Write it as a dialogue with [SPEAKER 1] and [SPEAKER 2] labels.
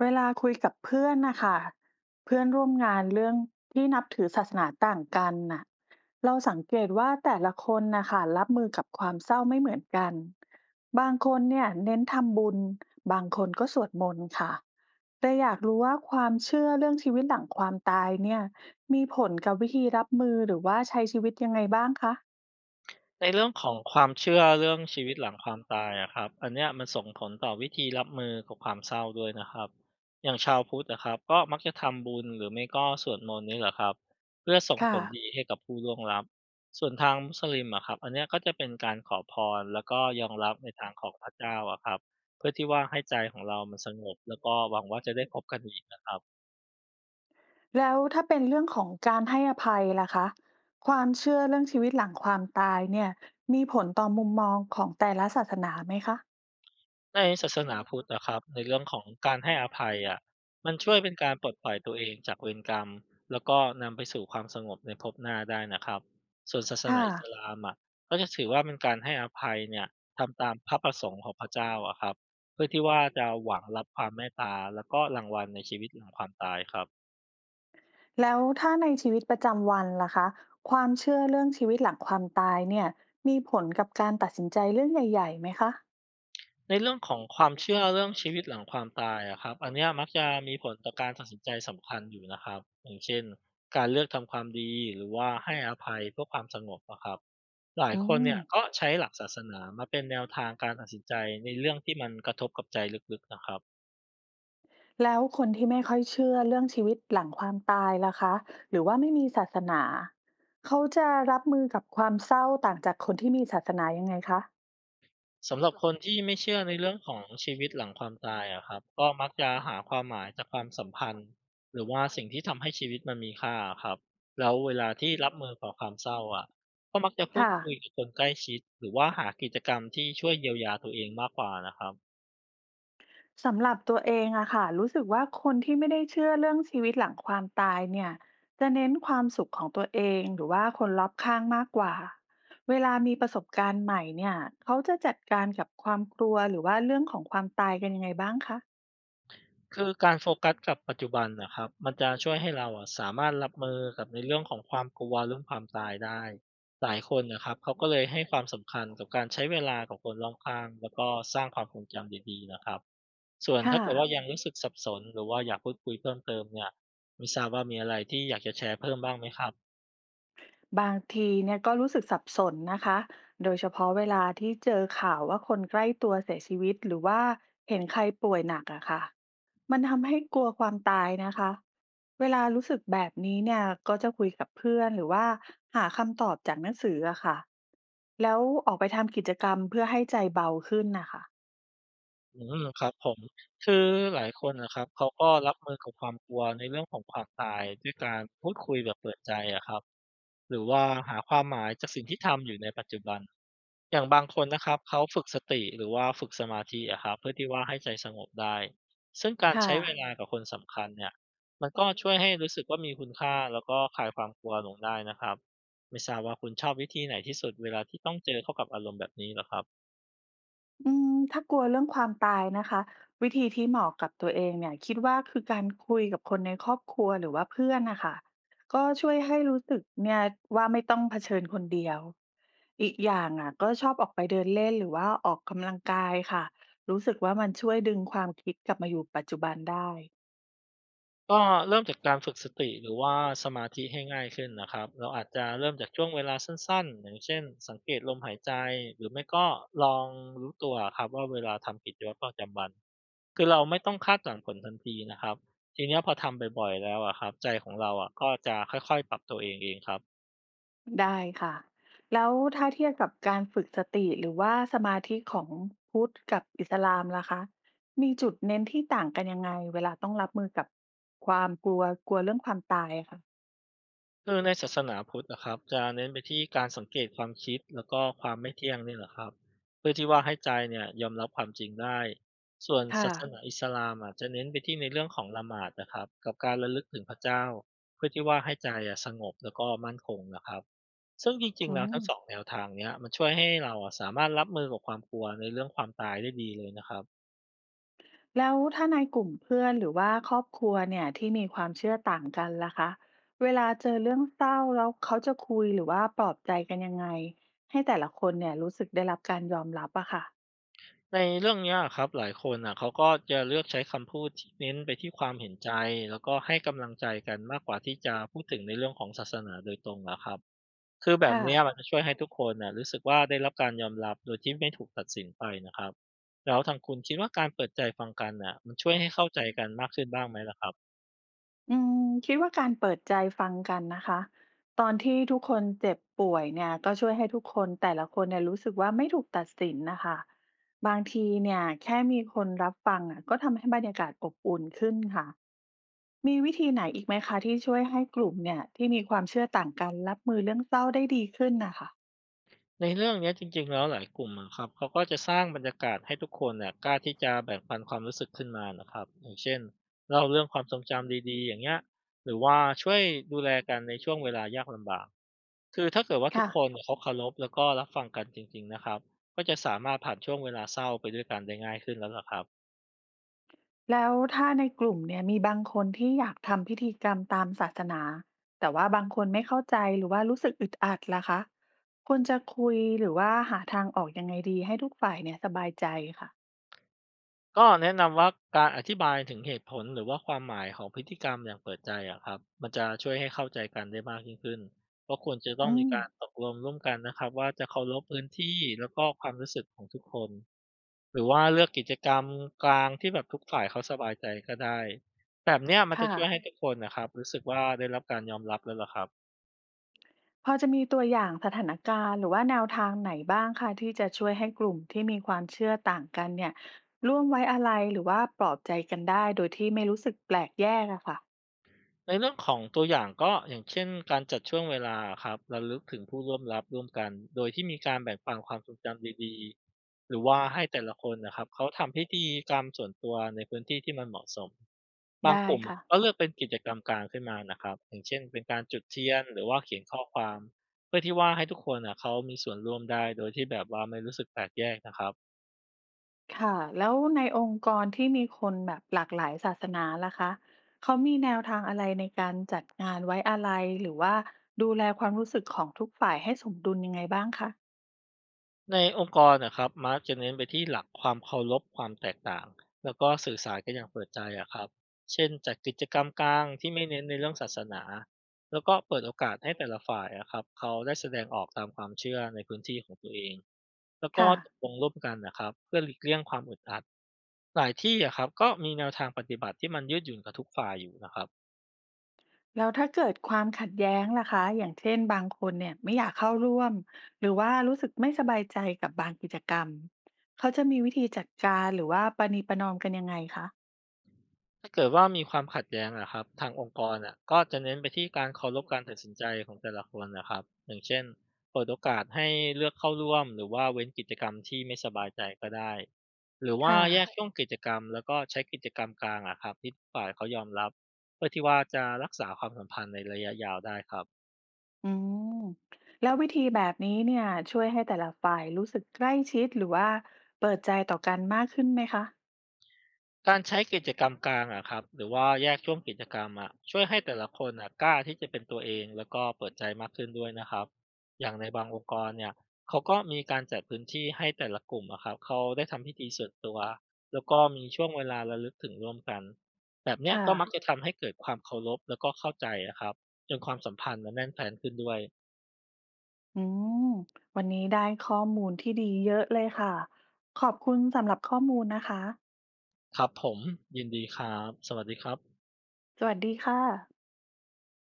[SPEAKER 1] เวลาคุยกับเพื่อนนะค่ะเพื่อนร่วมงานเรื่องที่นับถือศาสนาต่างกันน่ะเราสังเกตว่าแต่ละคนนะคะรับมือกับความเศร้าไม่เหมือนกันบางคนเนี่ยเน้นทำบุญบางคนก็สวดมนต์ค่ะแต่อยากรู้ว่าความเชื่อเรื่องชีวิตหลังความตายเนี่ยมีผลกับวิธีรับมือหรือว่าใช้ชีวิตยังไงบ้างคะ
[SPEAKER 2] ในเรื่องของความเชื่อเรื่องชีวิตหลังความตายอะครับอันเนี้ยมันส่งผลต่อวิธีรับมือกับความเศร้าด้วยนะครับอย่างชาวพุทธนะครับก็มักจะทำบุญหรือไม่ก็สวดมนต์นี่แหละครับเพื่อส่งผ
[SPEAKER 1] ค่ะ
[SPEAKER 2] ลดีให้กับผู้ล่วงลับส่วนทางมุสลิมอะครับอันเนี้ยก็จะเป็นการขอพรแล้วก็ยอมรับในทางของพระเจ้าอะครับเพื่อที่ว่าให้ใจของเรามันสงบแล้วก็หวังว่าจะได้พบกันอีกนะครับ
[SPEAKER 1] แล้วถ้าเป็นเรื่องของการให้อภัยล่ะคะความเชื่อเรื่องชีวิตหลังความตายเนี่ยมีผลต่อมุมมองของแต่ละศาสนาไหมคะ
[SPEAKER 2] ในศาสนาพุทธนะครับในเรื่องของการให้อภัยอะมันช่วยเป็นการปลดปล่อยตัวเองจากเวรกรรมแล้วก็นำไปสู่ความสงบในภพหน้าได้นะครับส่วนศาสนา
[SPEAKER 1] ค่ะ
[SPEAKER 2] อิสลามอะก็จะถือว่าเป็นการให้อภัยเนี่ยทำตามพระประสงค์ของพระเจ้าอะครับเพื่อที่ว่าจะหวังรับความเมตตาแล้วก็รางวัลในชีวิตหลังความตายครับ
[SPEAKER 1] แล้วถ้าในชีวิตประจำวันล่ะคะความเชื่อเรื่องชีวิตหลังความตายเนี่ยมีผลกับการตัดสินใจเรื่องใหญ่ๆไหมคะ
[SPEAKER 2] ในเรื่องของความเชื่อเรื่องชีวิตหลังความตายอะครับอันเนี้ยมักจะมีผลต่อการตัดสินใจสำคัญอยู่นะครับอย่างเช่นการเลือกทำความดีหรือว่าให้อภัยเพื่อความสงบนะครับหลาย
[SPEAKER 1] อื
[SPEAKER 2] คน
[SPEAKER 1] ม
[SPEAKER 2] เนี่ยก็ใช้หลักศาสนามาเป็นแนวทางการตัดสินใจในเรื่องที่มันกระทบกับใจลึกๆนะครับ
[SPEAKER 1] แล้วคนที่ไม่ค่อยเชื่อเรื่องชีวิตหลังความตายล่ะคะหรือว่าไม่มีศาสนาเขาจะรับมือกับความเศร้าต่างจากคนที่มีศาสนายังไงคะ
[SPEAKER 2] สำหรับคนที่ไม่เชื่อในเรื่องของชีวิตหลังความตายอะครับก็มักจะหาความหมายจากความสัมพันธ์หรือว่าสิ่งที่ทำให้ชีวิตมันมีค่าครับแล้วเวลาที่รับมือกับความเศร้าอะก็มักจะพูด
[SPEAKER 1] ค่ะ
[SPEAKER 2] คุยกับคนใกล้ชิดหรือว่าหากิจกรรมที่ช่วยเยียวยาตัวเองมากกว่านะครับ
[SPEAKER 1] สำหรับตัวเองอะค่ะรู้สึกว่าคนที่ไม่ได้เชื่อเรื่องชีวิตหลังความตายเนี่ยจะเน้นความสุขของตัวเองหรือว่าคนรอบข้างมากกว่าเวลามีประสบการณ์ใหม่เนี่ยเขาจะจัดการกับความกลัวหรือว่าเรื่องของความตายกันยังไงบ้างคะ
[SPEAKER 2] คือการโฟกัสกับปัจจุบันนะครับมันจะช่วยให้เราอะสามารถรับมือกับในเรื่องของความกลัวเรื่องความตายได้หลายคนนะครับเขาก็เลยให้ความสำคัญกับการใช้เวลากับคนรอบข้างแล้วก็สร้างความทรงจำดีๆนะครับส่วน
[SPEAKER 1] ค่ะ
[SPEAKER 2] ถ้าเกิดว่ายังรู้สึกสับสนหรือว่าอยากพูดคุยเพิ่มเติมเนี่ยไม่ทราบว่ามีอะไรที่อยากจะแชร์เพิ่มบ้างไหมครับ
[SPEAKER 1] บางทีเนี่ยก็รู้สึกสับสนนะคะ โดยเฉพาะเวลาที่เจอข่าวว่าคนใกล้ตัวเสียชีวิตหรือว่าเห็นใครป่วยหนักอะค่ะ มันทำให้กลัวความตายนะคะ เวลารู้สึกแบบนี้เนี่ยก็จะคุยกับเพื่อนหรือว่าหาคำตอบจากหนังสืออะค่ะแล้วออกไปทำกิจกรรมเพื่อให้ใจเบาขึ้นนะคะ
[SPEAKER 2] อืมครับผมคือหลายคนนะครับเขาก็รับมือกับความกลัวในเรื่องของความตายด้วยการพูดคุยแบบเปิดใจอะครับ หรือว่าหาความหมายจากสิ่งที่ทำอยู่ในปัจจุบันอย่างบางคนนะครับเขาฝึกสติหรือว่าฝึกสมาธิอะครับเพื่อที่ว่าให้ใจสงบได้ซึ่งการ
[SPEAKER 1] ค่ะ
[SPEAKER 2] ใช้เวลากับคนสำคัญเนี่ยมันก็ช่วยให้รู้สึกว่ามีคุณค่าแล้วก็คลายความกลัวลงได้นะครับไม่ทราบว่าคุณชอบวิธีไหนที่สุดเวลาที่ต้องเจอเข้ากับอารมณ์แบบนี้เหรอครับ
[SPEAKER 1] อืมถ้ากลัวเรื่องความตายนะคะวิธีที่เหมาะกับตัวเองเนี่ยคิดว่าคือการคุยกับคนในครอบครัวหรือว่าเพื่อนนะคะก็ช่วยให้รู้สึกเนี่ยว่าไม่ต้องเผชิญคนเดียวอีกอย่างอ่ะก็ชอบออกไปเดินเล่นหรือว่าออกกำลังกายค่ะรู้สึกว่ามันช่วยดึงความคิดกลับมาอยู่ปัจจุบันได้
[SPEAKER 2] ก็เริ่มจากการฝึกสติหรือว่าสมาธิให้ง่ายขึ้นนะครับเราอาจจะเริ่มจากช่วงเวลาสั้นๆ อย่างเช่นสังเกตลมหายใจหรือไม่ก็ลองรู้ตัวครับว่าเวลาทำกิจวัตรประจำวัน คือเราไม่ต้องคาดหวังผลทันทีนะครับ ทีเนี้ยพอทำบ่อยๆแล้วอะครับใจของเราอะก็จะค่อยๆปรับตัวเองเองครับ
[SPEAKER 1] ได้ค่ะแล้วถ้าเทียบกับการฝึกสติหรือว่าสมาธิของพุทธกับอิสลามล่ะคะมีจุดเน้นที่ต่างกันยังไงเวลาต้องรับมือกับความกลัวกลัวเรื่องความตายอะค่ะ
[SPEAKER 2] คือในศาสนาพุทธนะครับจะเน้นไปที่การสังเกตความคิดแล้วก็ความไม่เที่ยงนี่แหละครับเพื่อที่ว่าให้ใจเนี่ยยอมรับความจริงได้ส่วน
[SPEAKER 1] ค่ะ
[SPEAKER 2] ศาสนาอิสลามอ่ะจะเน้นไปที่ในเรื่องของละหมาดนะครับกับการระลึกถึงพระเจ้าเพื่อที่ว่าให้ใจอ่ะสงบแล้วก็มั่นคงนะครับซึ่งจริง
[SPEAKER 1] อื
[SPEAKER 2] ๆแล้วทั้งสอง
[SPEAKER 1] ม
[SPEAKER 2] แนวทางเนี้ยมันช่วยให้เราอ่ะสามารถรับมือกับความกลัวในเรื่องความตายได้ดีเลยนะครับ
[SPEAKER 1] แล้วถ้าในกลุ่มเพื่อนหรือว่าครอบครัวเนี่ยที่มีความเชื่อต่างกันล่ะคะเวลาเจอเรื่องเศร้าแล้วเขาจะคุยหรือว่าปลอบใจกันยังไงให้แต่ละคนเนี่ยรู้สึกได้รับการยอมรับอะค่ะ
[SPEAKER 2] ในเรื่องเนี้ยครับหลายคนอ่ะเขาก็จะเลือกใช้คำพูดที่เน้นไปที่ความเห็นใจแล้วก็ให้กำลังใจกันมากกว่าที่จะพูดถึงในเรื่องของศาสนาโดยตรงอะครับคือแบบ
[SPEAKER 1] ค่ะ
[SPEAKER 2] เนี้ยมันจะช่วยให้ทุกคนน่ะรู้สึกว่าได้รับการยอมรับโดยที่ไม่ถูกตัดสินไปนะครับแล้วทางคุณคิดว่าการเปิดใจฟังกันน่ะมันช่วยให้เข้าใจกันมากขึ้นบ้างไหมล่ะครับ
[SPEAKER 1] อืมคิดว่าการเปิดใจฟังกันนะคะตอนที่ทุกคนเจ็บป่วยเนี่ยก็ช่วยให้ทุกคนแต่ละคนเนี่ยรู้สึกว่าไม่ถูกตัดสินนะคะบางทีเนี่ยแค่มีคนรับฟังอ่ะก็ทำให้บรรยากาศอบอุ่นขึ้นค่ะมีวิธีไหนอีกไหมคะที่ช่วยให้กลุ่มเนี่ยที่มีความเชื่อต่างกันรับมือเรื่องเศร้าได้ดีขึ้นนะคะ
[SPEAKER 2] ในเรื่องเนี้ยจริงๆแล้วหลายกลุ่มอะครับเขาก็จะสร้างบรรยากาศให้ทุกคนเนี่ยกล้าที่จะแบ่งปันความรู้สึกขึ้นมานะครับอย่างเช่นเล่าเรื่องความทรงจำดีๆอย่างเงี้ยหรือว่าช่วยดูแลกันในช่วงเวลายากลำบากคือถ้าเกิดว่าทุก
[SPEAKER 1] ค่ะ
[SPEAKER 2] คนเนี่ยเขาเคารพแล้วก็รับฟังกันจริงๆนะครับก็จะสามารถผ่านช่วงเวลาเศร้าไปด้วยกันได้ง่ายขึ้นแล้วล่ะครับ
[SPEAKER 1] แล้วถ้าในกลุ่มเนี่ยมีบางคนที่อยากทำพิธีกรรมตามศาสนาแต่ว่าบางคนไม่เข้าใจหรือว่ารู้สึกอึดอัดล่ะคะควรจะคุยหรือว่าหาทางออกยังไงดีให้ทุกฝ่ายเนี่ยสบายใจค่ะ
[SPEAKER 2] ก็แนะนำว่าการอธิบายถึงเหตุผลหรือว่าความหมายของพฤติกรรมอย่างเปิดใจอะครับมันจะช่วยให้เข้าใจกันได้มากยิ่งขึ้นก็ควรจะต้อง
[SPEAKER 1] อื
[SPEAKER 2] มี
[SPEAKER 1] ม
[SPEAKER 2] การตกลงร่วมกันนะครับว่าจะเคารพพื้นที่แล้วก็ความรู้สึกของทุกคนหรือว่าเลือกกิจกรรมกลางที่แบบทุกฝ่ายเขาสบายใจก็ได้แบบเนี้ยมันจะ
[SPEAKER 1] ค่ะ
[SPEAKER 2] ช่วยให้ทุกคนนะครับรู้สึกว่าได้รับการยอมรับแล้วล่ะครับ
[SPEAKER 1] พอจะมีตัวอย่างสถานการณ์หรือว่าแนวทางไหนบ้างคะที่จะช่วยให้กลุ่มที่มีความเชื่อต่างกันเนี่ยร่วมไว้อาลัยหรือว่าปลอบใจกันได้โดยที่ไม่รู้สึกแปลกแยกอะค่ะ
[SPEAKER 2] ในเรื่องของตัวอย่างก็อย่างเช่นการจัดช่วงเวลาครับระลึกถึงผู้ร่วมรับร่วมกันโดยที่มีการแบ่งปันความทรงจำดีๆหรือว่าให้แต่ละคนนะครับเขาทำพิธีกรรมส่วนตัวในพื้นที่ที่มันเหมาะสมบาง
[SPEAKER 1] ได้
[SPEAKER 2] กลุ่ม
[SPEAKER 1] ค่ะ
[SPEAKER 2] ก็เลือกเป็นกิจกรรมกลางขึ้นมานะครับอย่างเช่นเป็นการจุดเทียนหรือว่าเขียนข้อความเพื่อที่ว่าให้ทุกคนนะเขามีส่วนร่วมได้โดยที่แบบว่าไม่รู้สึกแปลกแยกนะครับ
[SPEAKER 1] ค่ะแล้วในองค์กรที่มีคนแบบหลากหลายศาสนาล่ะคะเขามีแนวทางอะไรในการจัดงานไว้อาลัยหรือว่าดูแลความรู้สึกของทุกฝ่ายให้สมดุลยังไงบ้างคะ
[SPEAKER 2] ในองค์กรนะครับมักจะเน้นไปที่หลักความเคารพความแตกต่างแล้วก็สื่อสารกันอย่างเปิดใจอะครับเช่นจัดกิจกรรมกลางที่ไม่เน้นในเรื่องศาสนาแล้วก็เปิดโอกาสให้แต่ละฝ่ายอะครับเขาได้แสดงออกตามความเชื่อในพื้นที่ของตัวเองแล้วก็
[SPEAKER 1] ค่ะ
[SPEAKER 2] ตกลงร่วมกันนะครับเพื่อหลีกเลี่ยงความอึดอัดหลายที่อะครับก็มีแนวทางปฏิบัติที่มันยืดหยุ่นกับทุกฝ่ายอยู่นะครับ
[SPEAKER 1] แล้วถ้าเกิดความขัดแย้งล่ะคะอย่างเช่นบางคนเนี่ยไม่อยากเข้าร่วมหรือว่ารู้สึกไม่สบายใจกับบางกิจกรรมเขาจะมีวิธีจัดการหรือว่าประนีประนอมกันยังไงคะ
[SPEAKER 2] ถ้าเกิดว่ามีความขัดแย้งนะครับทางองค์กรอะก็จะเน้นไปที่การเคารพการตัดสินใจของแต่ละคนนะครับอย่างเช่นเปิดโอกาสให้เลือกเข้าร่วมหรือว่าเว้นกิจกรรมที่ไม่สบายใจก็ได้หรือว่า
[SPEAKER 1] ค่ะ
[SPEAKER 2] แยกช่วงกิจกรรมแล้วก็ใช้กิจกรรมกลางอะครับที่ทุกฝ่ายเขายอมรับเพื่อที่ว่าจะรักษาความสัมพันธ์ในระยะยาวได้ครับ
[SPEAKER 1] อืมแล้ววิธีแบบนี้เนี่ยช่วยให้แต่ละฝ่ายรู้สึกใกล้ชิดหรือว่าเปิดใจต่อกันมากขึ้นไหมคะ
[SPEAKER 2] การใช้กิจกรรมกลางอะครับหรือว่าแยกช่วงกิจกรรมอะช่วยให้แต่ละคนอะกล้าที่จะเป็นตัวเองแล้วก็เปิดใจมากขึ้นด้วยนะครับอย่างในบางองค์กรเนี่ยเขาก็มีการจัดพื้นที่ให้แต่ละกลุ่มอะครับเขาได้ทำพิธีส่วนตัวแล้วก็มีช่วงเวลาระลึกถึงร่วมกันแบบเนี้ย
[SPEAKER 1] ค่ะ
[SPEAKER 2] ก็มักจะทำให้เกิดความเคารพแล้วก็เข้าใจอะครับจนความสัมพันธ์มันแน่นแฟนขึ้นด้วย
[SPEAKER 1] อืมวันนี้ได้ข้อมูลที่ดีเยอะเลยค่ะขอบคุณสำหรับข้อมูลนะคะ
[SPEAKER 2] ครับผมยินดีครับสวัสดีครับ
[SPEAKER 1] สวัสดีค่ะ